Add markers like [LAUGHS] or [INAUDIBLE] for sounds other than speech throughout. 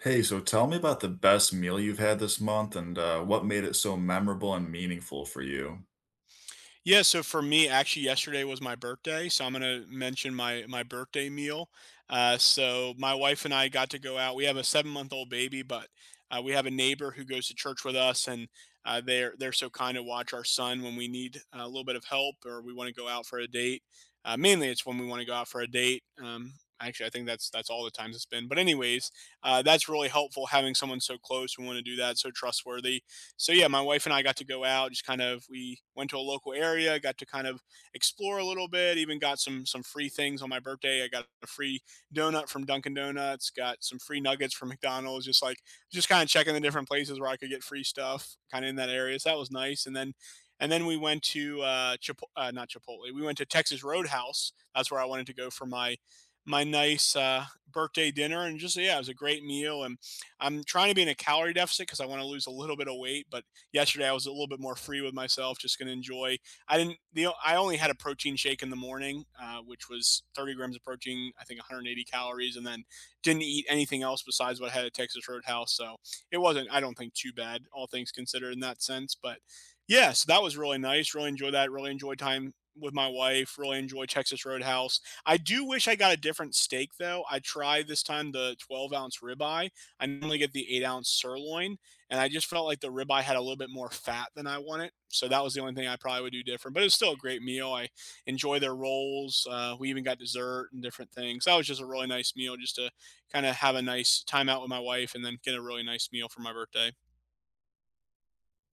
Hey, so tell me about the best meal you've had this month and what made it so memorable and meaningful for you. Yeah, so for me, actually, yesterday was my birthday, so I'm gonna mention my birthday meal. So my wife and I got to go out. We have a 7 month old baby, but we have a neighbor who goes to church with us, and they're so kind to watch our son when we need a little bit of help or we want to go out for a date. Mainly, it's when we want to go out for a date. Actually, I think that's all the times it's been. But anyways, that's really helpful having someone so close. We want to do that, so trustworthy. So yeah, my wife and I got to go out. Just kind of we went to a local area, got to kind of explore a little bit. Even got some free things on my birthday. I got a free donut from Dunkin' Donuts. Got some free nuggets from McDonald's. Just kind of checking the different places where I could get free stuff, kind of in that area. So that was nice. And then we went to not Chipotle. We went to Texas Roadhouse. That's where I wanted to go for my nice birthday dinner. And just yeah, it was a great meal. And I'm trying to be in a calorie deficit because I want to lose a little bit of weight. But yesterday I was a little bit more free with myself, just going to enjoy. I didn't. The I only had a protein shake in the morning, which was 30 grams of protein, I think 180 calories, and then didn't eat anything else besides what I had at Texas Roadhouse. So it wasn't, I don't think, too bad, all things considered, in that sense. But yeah, so that was really nice. Really enjoyed that. Really enjoyed time with my wife. Really enjoy Texas Roadhouse. I do wish I got a different steak though. I tried this time the 12-ounce ribeye, I normally get the 8 ounce sirloin, and I just felt like the ribeye had a little bit more fat than I wanted. So that was the only thing I probably would do different. But it's still a great meal. I enjoy their rolls. We even got dessert and different things. That was just a really nice meal, just to kind of have a nice time out with my wife, and then get a really nice meal for my birthday.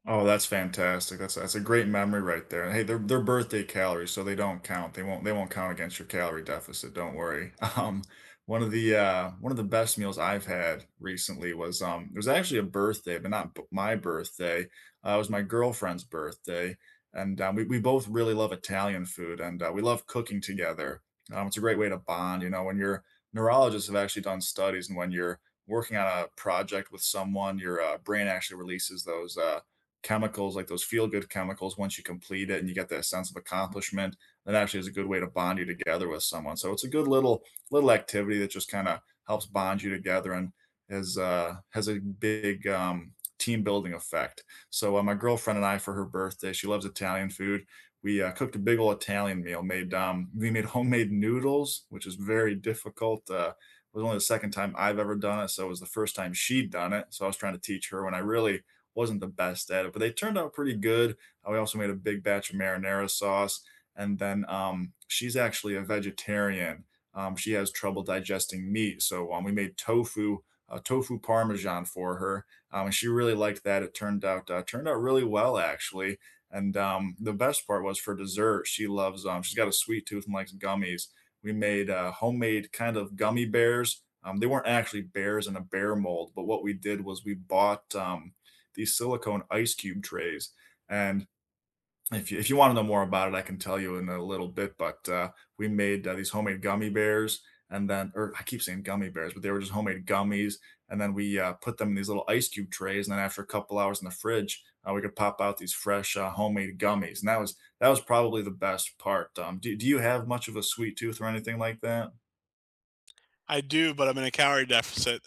Oh, that's fantastic. That's a great memory right there. And hey, they're birthday calories, so they don't count. They won't count against your calorie deficit. Don't worry. [LAUGHS] One of the one of the best meals I've had recently was it was actually a birthday, but not my birthday. It was my girlfriend's birthday, and we both really love Italian food, and we love cooking together. It's a great way to bond. You know, when you're neurologists have actually done studies, and when you're working on a project with someone, your brain actually releases those. Chemicals, like those feel good chemicals, once you complete it and you get that sense of accomplishment, that actually is a good way to bond you together with someone. So it's a good little activity that just kind of helps bond you together and has a big team building effect. So my girlfriend and I, for her birthday, she loves Italian food. We cooked a big old Italian meal. Made we made homemade noodles, which is very difficult. It was only the second time I've ever done it, so it was the first time she'd done it. So I was trying to teach her and I really wasn't the best at it, but they turned out pretty good. We also made a big batch of marinara sauce. And then she's actually a vegetarian. She has trouble digesting meat. So we made tofu, tofu parmesan for her. And she really liked that. It turned out really well, actually. And the best part was for dessert. She loves, she's got a sweet tooth and likes gummies. We made homemade kind of gummy bears. They weren't actually bears in a bear mold, but what we did was we bought these silicone ice cube trays. And if you want to know more about it, I can tell you in a little bit. But we made these homemade gummy bears, and then, or I keep saying gummy bears, but they were just homemade gummies. And then we put them in these little ice cube trays, and then after a couple hours in the fridge, we could pop out these fresh homemade gummies. And that was probably the best part. Do you have much of a sweet tooth or anything like that? I do, but I'm in a calorie deficit.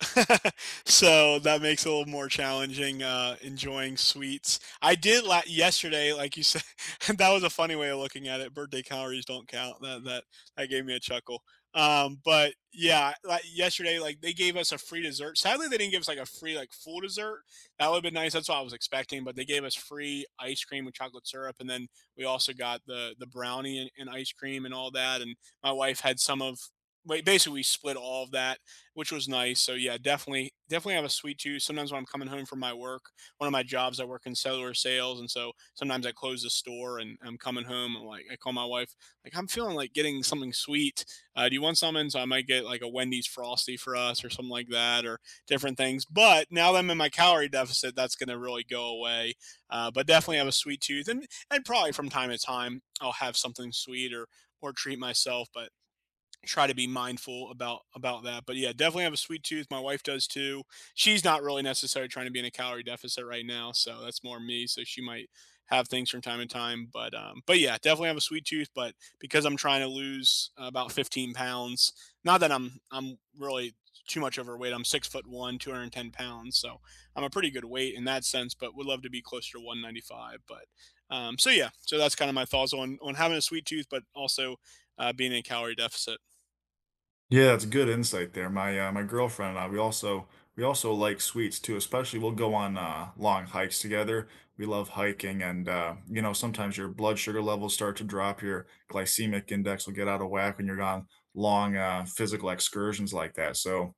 [LAUGHS] So that makes it a little more challenging enjoying sweets. Yesterday, like you said, [LAUGHS] that was a funny way of looking at it. Birthday calories don't count. That gave me a chuckle. But yeah, like yesterday, like they gave us a free dessert. Sadly, they didn't give us like a free like full dessert. That would have been nice. That's what I was expecting. But they gave us free ice cream with chocolate syrup, and then we also got the brownie and ice cream and all that. And my wife had some of, like, basically we split all of that, which was nice. So yeah, definitely have a sweet tooth. Sometimes when I'm coming home from my work, one of my jobs, I work in cellular sales, and so sometimes I close the store and I'm coming home. And like I call my wife, like I'm feeling like getting something sweet. Do you want something? So I might get like a Wendy's frosty for us or something like that, or different things. But now that I'm in my calorie deficit, that's going to really go away. But definitely have a sweet tooth, and probably from time to time I'll have something sweet or treat myself, but try to be mindful about that. But yeah, definitely have a sweet tooth. My wife does too. She's not really necessarily trying to be in a calorie deficit right now, so that's more me. So she might have things from time to time, but yeah, definitely have a sweet tooth, but because I'm trying to lose about 15 pounds. Not that I'm really too much overweight, I'm 6 foot one, 210 pounds, so I'm a pretty good weight in that sense, but would love to be closer to 195. But so yeah, so that's kind of my thoughts on having a sweet tooth, but also being in a calorie deficit. Yeah, that's good insight there. My my girlfriend and I, we also like sweets too. Especially we'll go on long hikes together. We love hiking, and you know sometimes your blood sugar levels start to drop. Your glycemic index will get out of whack when you're on long physical excursions like that. So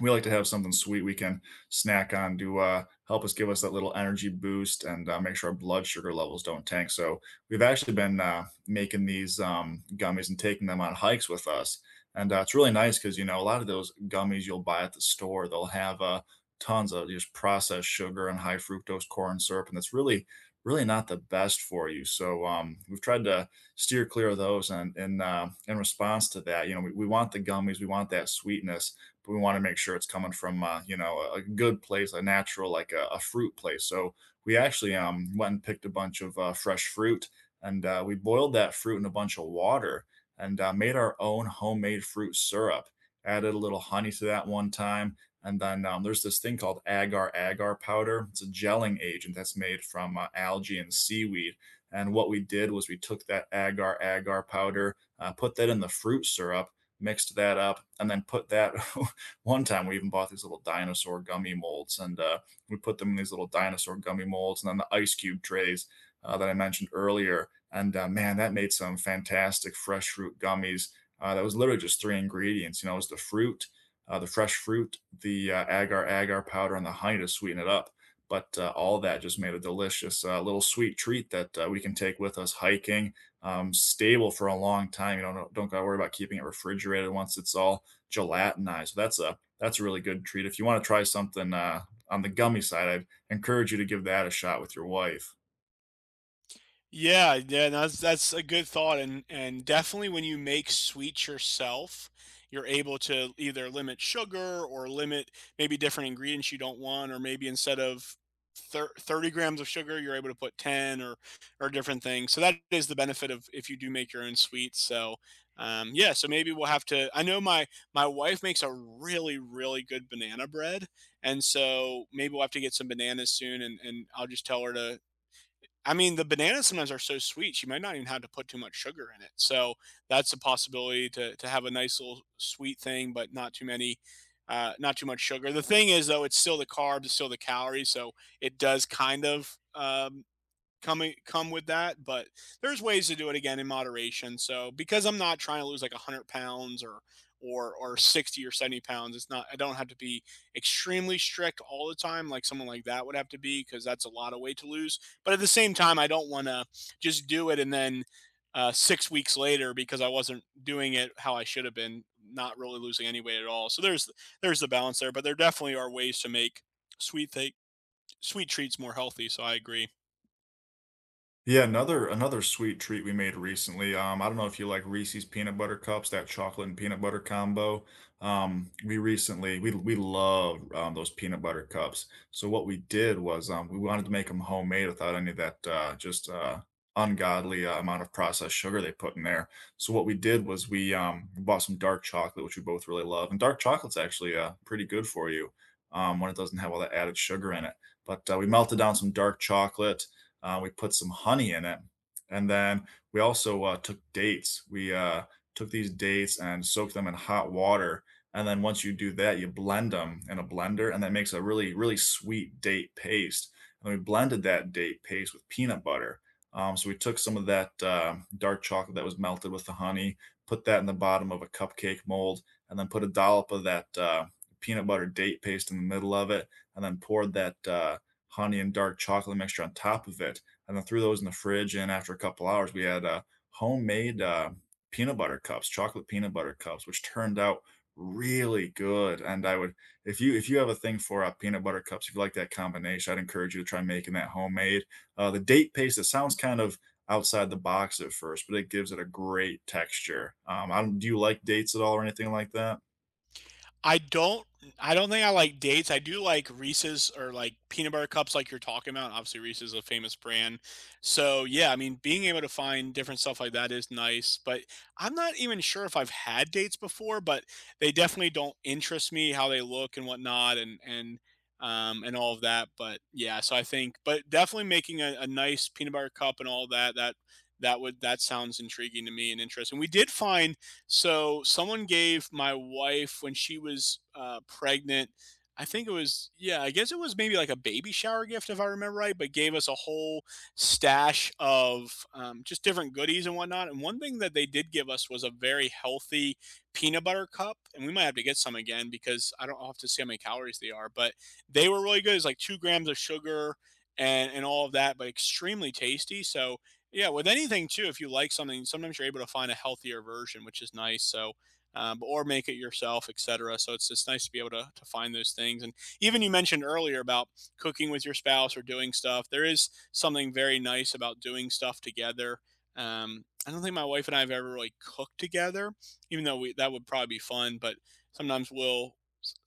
we like to have something sweet we can snack on to help us give us that little energy boost and make sure our blood sugar levels don't tank. So we've actually been making these gummies and taking them on hikes with us, and it's really nice because you know a lot of those gummies you'll buy at the store they'll have tons of just processed sugar and high fructose corn syrup, and that's really not the best for you. So we've tried to steer clear of those, and and in response to that, you know we want the gummies, we want that sweetness but we want to make sure it's coming from you know a good place, a natural like a fruit place. So we actually went and picked a bunch of fresh fruit, and we boiled that fruit in a bunch of water and made our own homemade fruit syrup. Added a little honey to that one time, and then there's this thing called agar agar powder. It's a gelling agent that's made from algae and seaweed. And what we did was we took that agar agar powder, put that in the fruit syrup, mixed that up, and then put that [LAUGHS] One time we even bought these little dinosaur gummy molds and we put them in these little dinosaur gummy molds and then the ice cube trays that I mentioned earlier. And man, that made some fantastic fresh fruit gummies. That was literally just three ingredients. You know, it was the fruit, the fresh fruit, the agar agar powder, and the honey to sweeten it up. But all that just made a delicious little sweet treat that we can take with us hiking, stable for a long time. You know, don't gotta worry about keeping it refrigerated once it's all gelatinized. So that's a really good treat. If you want to try something on the gummy side, I'd encourage you to give that a shot with your wife. Yeah, yeah, that's a good thought. And definitely when you make sweets yourself, you're able to either limit sugar or limit maybe different ingredients you don't want, or maybe instead of thir 30 grams of sugar, you're able to put 10 or different things. So that is the benefit of if you do make your own sweets. So yeah, so maybe we'll have to. I know my wife makes a really really good banana bread, and so maybe we'll have to get some bananas soon, and I'll just tell her to, I mean, the bananas sometimes are so sweet, you might not even have to put too much sugar in it. So that's a possibility to have a nice little sweet thing, but not too many, not too much sugar. The thing is, though, it's still the carbs, it's still the calories, so it does kind of coming come with that. But there's ways to do it again in moderation. So because I'm not trying to lose like 100 pounds or 60 or 70 pounds. It's not, I don't have to be extremely strict all the time like someone like that would have to be, because that's a lot of weight to lose. But at the same time, I don't want to just do it and then, 6 weeks later, because I wasn't doing it how I should have been, not really losing any weight at all. So there's the balance there, but there definitely are ways to make sweet th- sweet treats more healthy. So I agree. Yeah, another sweet treat we made recently. I don't know if you like Reese's peanut butter cups, that chocolate and peanut butter combo. We recently we love those peanut butter cups. So what we did was we wanted to make them homemade without any of that just ungodly amount of processed sugar they put in there. So what we did was we bought some dark chocolate, which we both really love, and dark chocolate's actually pretty good for you when it doesn't have all that added sugar in it. But we melted down some dark chocolate we put some honey in it, and then we also took dates. We took these dates and soaked them in hot water. And then once you do that, you blend them in a blender, and that makes a really, really sweet date paste. And we blended that date paste with peanut butter. So we took some of that dark chocolate that was melted with the honey, put that in the bottom of a cupcake mold, and then put a dollop of that peanut butter date paste in the middle of it, and then poured that honey and dark chocolate mixture on top of it, and then threw those in the fridge. And after a couple hours, we had homemade peanut butter cups, chocolate peanut butter cups, which turned out really good. And I would, if you have a thing for peanut butter cups, if you like that combination, I'd encourage you to try making that homemade. The date paste, it sounds kind of outside the box at first, but it gives it a great texture. I don't, Do you like dates at all or anything like that? I don't I don't think I like dates. I do like Reese's or like peanut butter cups like you're talking about. Obviously Reese's is a famous brand. So yeah, I mean being able to find different stuff like that is nice, but I'm not even sure if I've had dates before. But they definitely don't interest me, how they look and whatnot, and all of that. But yeah, so I think, but definitely making a nice peanut butter cup and all that, that that would that sounds intriguing to me and interesting. We did find, so someone gave my wife when she was pregnant, I think it was, yeah, I guess it was maybe like a baby shower gift if I remember right, but gave us a whole stash of just different goodies and whatnot. And one thing that they did give us was a very healthy peanut butter cup, and we might have to get some again because I don't I'll have to see how many calories they are. But they were really good. It's like 2 grams of sugar and all of that, but extremely tasty. So yeah, with anything too, if you like something, sometimes you're able to find a healthier version, which is nice. So, or make it yourself, etc. So it's just nice to be able to find those things. And even you mentioned earlier about cooking with your spouse or doing stuff. There is something very nice about doing stuff together. I don't think my wife and I have ever really cooked together, even though we, that would probably be fun. But sometimes we'll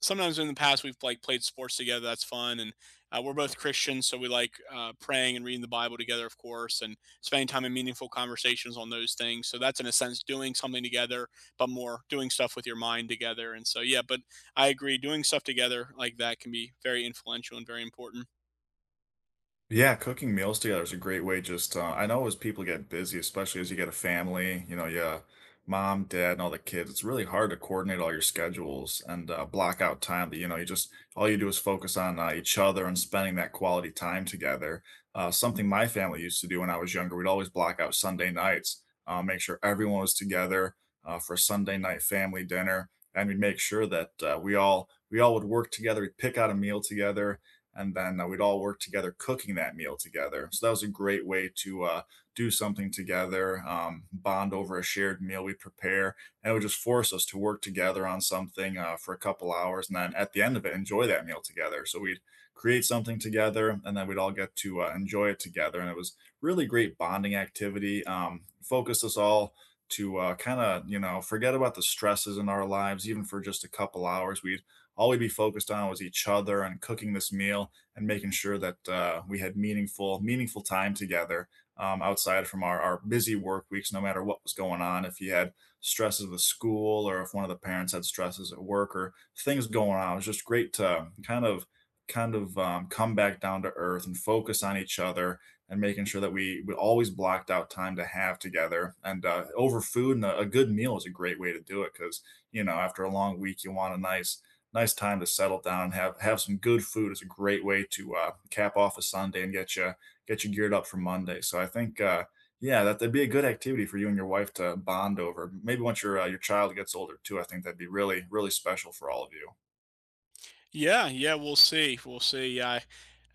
sometimes in the past we've like played sports together. That's fun, and we're both Christians, so we like praying and reading the Bible together, of course, and spending time in meaningful conversations on those things. So that's in a sense doing something together, but more doing stuff with your mind together. And so yeah, but I agree, doing stuff together like that can be very influential and very important. Yeah, cooking meals together is a great way just I know as people get busy, especially as you get a family, you know, yeah, mom, dad, and all the kids, it's really hard to coordinate all your schedules and block out time that, you know, you just all you do is focus on each other and spending that quality time together. Something my family used to do when I was younger, we'd always block out Sunday nights, make sure everyone was together for Sunday night family dinner, and we'd make sure that we all would work together, we'd pick out a meal together and then we'd all work together cooking that meal together. So that was a great way to do something together, bond over a shared meal we prepare, and it would just force us to work together on something for a couple hours, and then at the end of it, enjoy that meal together. So we'd create something together, and then we'd all get to enjoy it together, and it was really great bonding activity. Focused us all to kind of you know forget about the stresses in our lives, even for just a couple hours. We'd be focused on was each other and cooking this meal and making sure that we had meaningful time together outside from our busy work weeks no matter what was going on if you had stresses with school or if one of the parents had stresses at work or things going on it was just great to come back down to earth and focus on each other and making sure that we always blocked out time to have together and over food and a good meal is a great way to do it because you know after a long week you want a nice time to settle down and have some good food. It's a great way to cap off a Sunday and get you geared up for Monday. So I think yeah, that'd be a good activity for you and your wife to bond over. Maybe once your child gets older too, I think that'd be really special for all of you. Yeah, yeah, we'll see. We'll see. I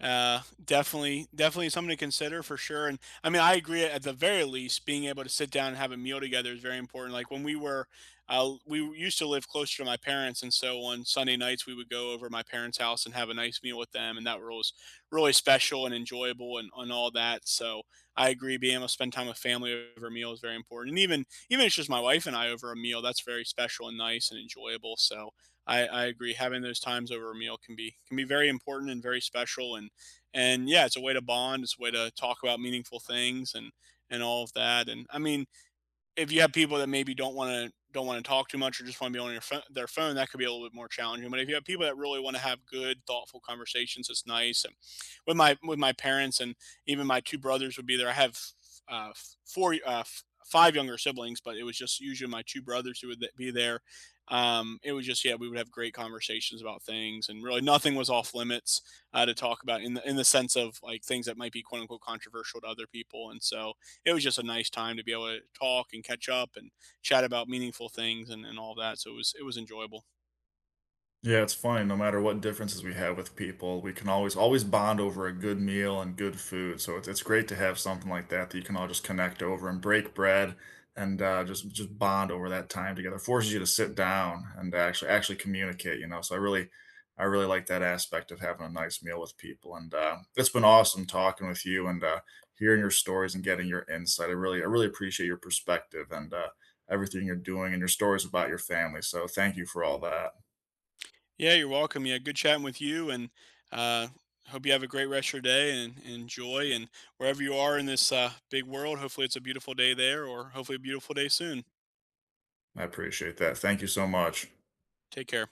definitely definitely something to consider for sure. And I mean, I agree, at the very least, being able to sit down and have a meal together is very important. Like when we were, we used to live closer to my parents, and so on Sunday nights we would go over to my parents' house and have a nice meal with them, and that was really special and enjoyable and all that. So I agree, being able to spend time with family over a meal is very important. And even if it's just my wife and I over a meal, that's very special and nice and enjoyable. So I agree. Having those times over a meal can be, very important and very special, and yeah, it's a way to bond. It's a way to talk about meaningful things and all of that. And I mean, if you have people that maybe don't want to, talk too much or just want to be on your phone, their phone, that could be a little bit more challenging. But if you have people that really want to have good, thoughtful conversations, it's nice. And with my parents and even my two brothers would be there. I have uh, four five younger siblings, but it was just usually my two brothers who would be there. It was just, yeah, we would have great conversations about things, and really nothing was off limits to talk about, in the, in the sense of like things that might be quote unquote controversial to other people. And so it was just a nice time to be able to talk and catch up and chat about meaningful things and all that. So it was, it was enjoyable. Yeah, it's fine. No matter what differences we have with people, we can always bond over a good meal and good food. So it's great to have something like that that you can all just connect over and break bread and just bond over that time together. Forces you to sit down and actually communicate. You know, so I really like that aspect of having a nice meal with people. And it's been awesome talking with you and hearing your stories and getting your insight. I really appreciate your perspective and everything you're doing and your stories about your family. So thank you for all that. Yeah, you're welcome. Yeah, good chatting with you, and uh, hope you have a great rest of your day and enjoy. And wherever you are in this big world, hopefully it's a beautiful day there, or hopefully a beautiful day soon. I appreciate that. Thank you so much. Take care.